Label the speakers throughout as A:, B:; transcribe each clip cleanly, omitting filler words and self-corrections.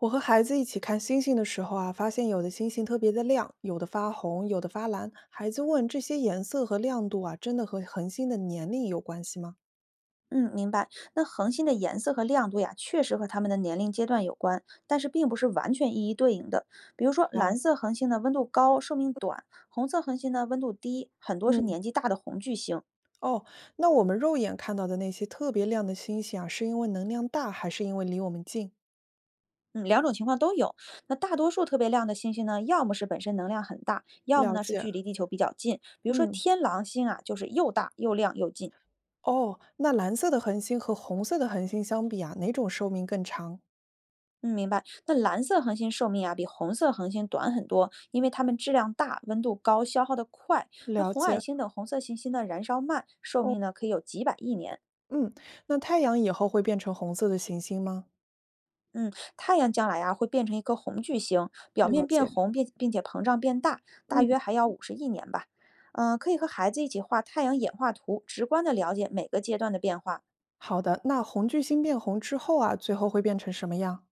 A: 我和孩子一起看星星的时候啊，发现有的星星特别的亮，有的发红，有的发蓝。孩子问这些颜色和亮度啊，真的和恒星的年龄有关系吗？
B: 嗯，明白。那恒星的颜色和亮度呀，确实和它们的年龄阶段有关，但是并不是完全一一对应的。比如说，蓝
A: 好。
B: 色恒星的温度高，寿命短；红色恒星呢，温度低，很多是
A: 嗯。
B: 年纪大的红巨星。
A: 哦。那我们肉眼看到的那些特别亮的星星啊，是因为能量大，还是因为离我们近？
B: 嗯，两种情况都有。那大多数特别亮的星星呢，要么是本身能量很大，要么
A: 了
B: 呢是
A: 解。
B: 距离地球比较近。比如说
A: 嗯。
B: 天狼星啊，就是又大又亮又近。
A: 哦。那蓝色的恒星和红色的恒星相比啊，哪种寿命更长？
B: 嗯，明白。那蓝色恒星寿命啊，比红色恒星短很多，因为它们质量大、温度高、消耗的快。那
A: 了
B: 红矮
A: 解。
B: 星等红色行星的燃烧慢，寿
A: 哦。
B: 命呢可以有几百亿年。
A: 嗯。那太阳以后会变成红色的行星吗？
B: 嗯，太阳将来啊会变成一颗红巨星，表面
A: 了
B: 变
A: 解。
B: 红并且膨胀变大，大
A: 嗯。
B: 约还要50亿年吧。嗯、可以和孩子一起画太阳演化图，直观的了解每个阶段的变化。
A: 好的，那红巨星变红之后啊，最后会变成什么样？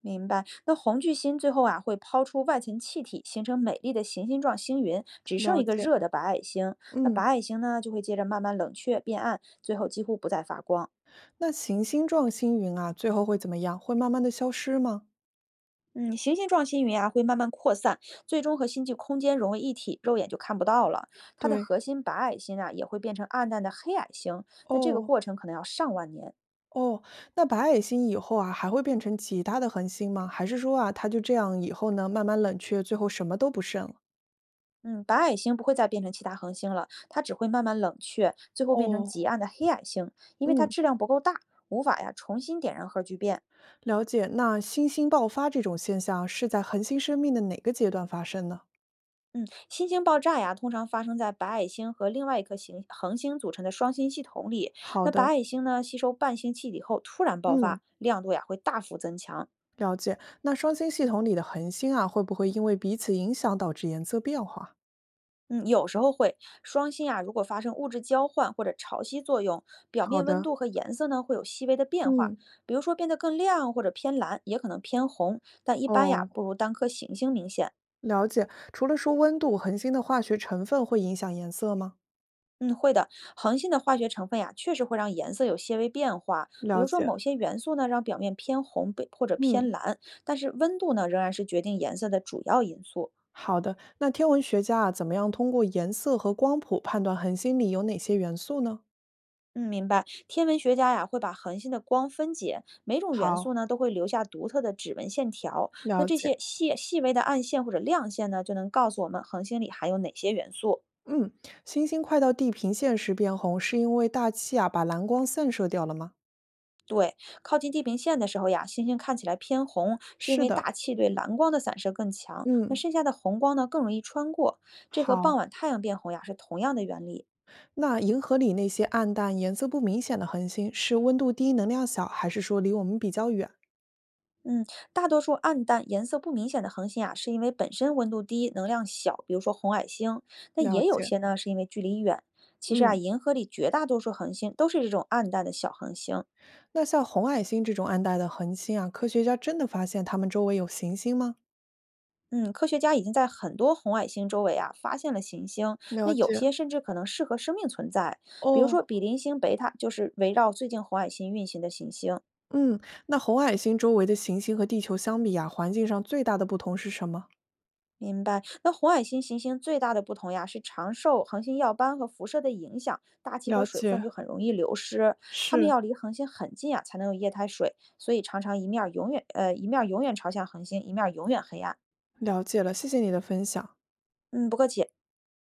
B: 明白。那红巨星最后啊会抛出外层气体，形成美丽的行星状星云，只剩
A: 了
B: 一个
A: 解。
B: 热的白矮星。那白
A: 嗯。
B: 矮星呢就会接着慢慢冷却变暗，最后几乎不再发光。
A: 那行星状星云啊，最后会怎么样？会慢慢的消失吗？
B: 嗯，行星状星云啊会慢慢扩散，最终和星际空间融为一体，肉眼就看不到了。它的
A: 对。
B: 核心白矮星啊也会变成暗淡的黑矮星。那这个过
A: 哦
B: 程可能要上万年。
A: 哦。那白矮星以后啊，还会变成其他的恒星吗？还是说啊，它就这样以后呢，慢慢冷却，最后什么都不剩了？
B: 嗯，白矮星不会再变成其他恒星了，它只会慢慢冷却，最后变成
A: 哦。
B: 极暗的黑矮星，因为它
A: 嗯。
B: 质量不够大，无法呀重新点燃核聚变。
A: 了解。那新星爆发这种现象是在恒星生命的哪个阶段发生呢？
B: 嗯，新星爆炸呀，通常发生在白矮星和另外一颗行恒星组成的双星系统里。
A: 好
B: 那白
A: 的。
B: 矮星呢，吸收伴星气体后突然爆
A: 嗯。
B: 发，亮度呀会大幅增强，
A: 了解。那双星系统里的恒星啊，会不会因为彼此影响导致颜色变化？
B: 嗯，有时候会。双芯啊，如果发生物质交换或者潮汐作用，表
A: 好
B: 面温度
A: 的。
B: 和颜色呢会有细微的变化，
A: 嗯。
B: 比如说变得更亮或者偏蓝，也可能偏红，但一般呀
A: 哦。
B: 不如单颗行星明显。
A: 了解。除了说温度，恒星的化学成分会影响颜色吗？
B: 嗯，会的。恒星的化学成分呀，确实会让颜色有些微变化，比
A: 了
B: 如说
A: 解。
B: 某些元素呢让表面偏红被或者
A: 嗯。
B: 偏蓝，但是温度呢仍然是决定颜色的主要因素。
A: 好的。那天文学家啊，怎么样通过颜色和光谱判断恒星里有哪些元素呢？
B: 嗯，明白。天文学家呀，会把恒星的光分解，每种元素
A: 好。
B: 呢都会留下独特的指纹线条。那
A: 了
B: 这
A: 解。
B: 些细细微的暗线或者亮线呢，就能告诉我们恒星里含有哪些元素。
A: 嗯。星星快到地平线时变红，是因为大气啊把蓝光散射掉了吗？
B: 对，靠近地平线的时候呀，星星看起来偏红，是因
A: 是
B: 为
A: 的。
B: 大气对蓝光的散射更强，那
A: 嗯。
B: 剩下的红光呢更容易穿过。这和傍
A: 好。
B: 晚太阳变红呀是同样的原理。
A: 那银河里那些暗淡、颜色不明显的恒星，是温度低、能量小，还是说离我们比较远？
B: 嗯，大多数暗淡、颜色不明显的恒星啊，是因为本身温度低、能量小，比如说红矮星。那
A: 了
B: 也有
A: 解。
B: 些呢，是因为距离远。其实啊，
A: 嗯。
B: 银河里绝大多数恒星都是这种暗淡的小恒星。
A: 那像红矮星这种暗淡的恒星啊，科学家真的发现它们周围有行星吗？
B: 嗯，科学家已经在很多红矮星周围啊发现了行星，那
A: 了
B: 有
A: 解。
B: 些甚至可能适合生命存在，比如说
A: 哦。
B: 比邻星贝塔就是围绕最近红矮星运行的行星。
A: 嗯。那红矮星周围的行星和地球相比啊，环境上最大的不同是什么？
B: 明白。那红矮星行星最大的不同呀，是常受恒星耀斑和辐射的影响，大气和
A: 了
B: 水分
A: 解。
B: 就很容易流失。它们
A: 是。
B: 要离恒星很近呀，才能有液态水，所以常常一面儿永远一面儿永远朝向恒星，一面儿永远黑暗。
A: 了解了，谢谢你的分享。
B: 嗯，不客气。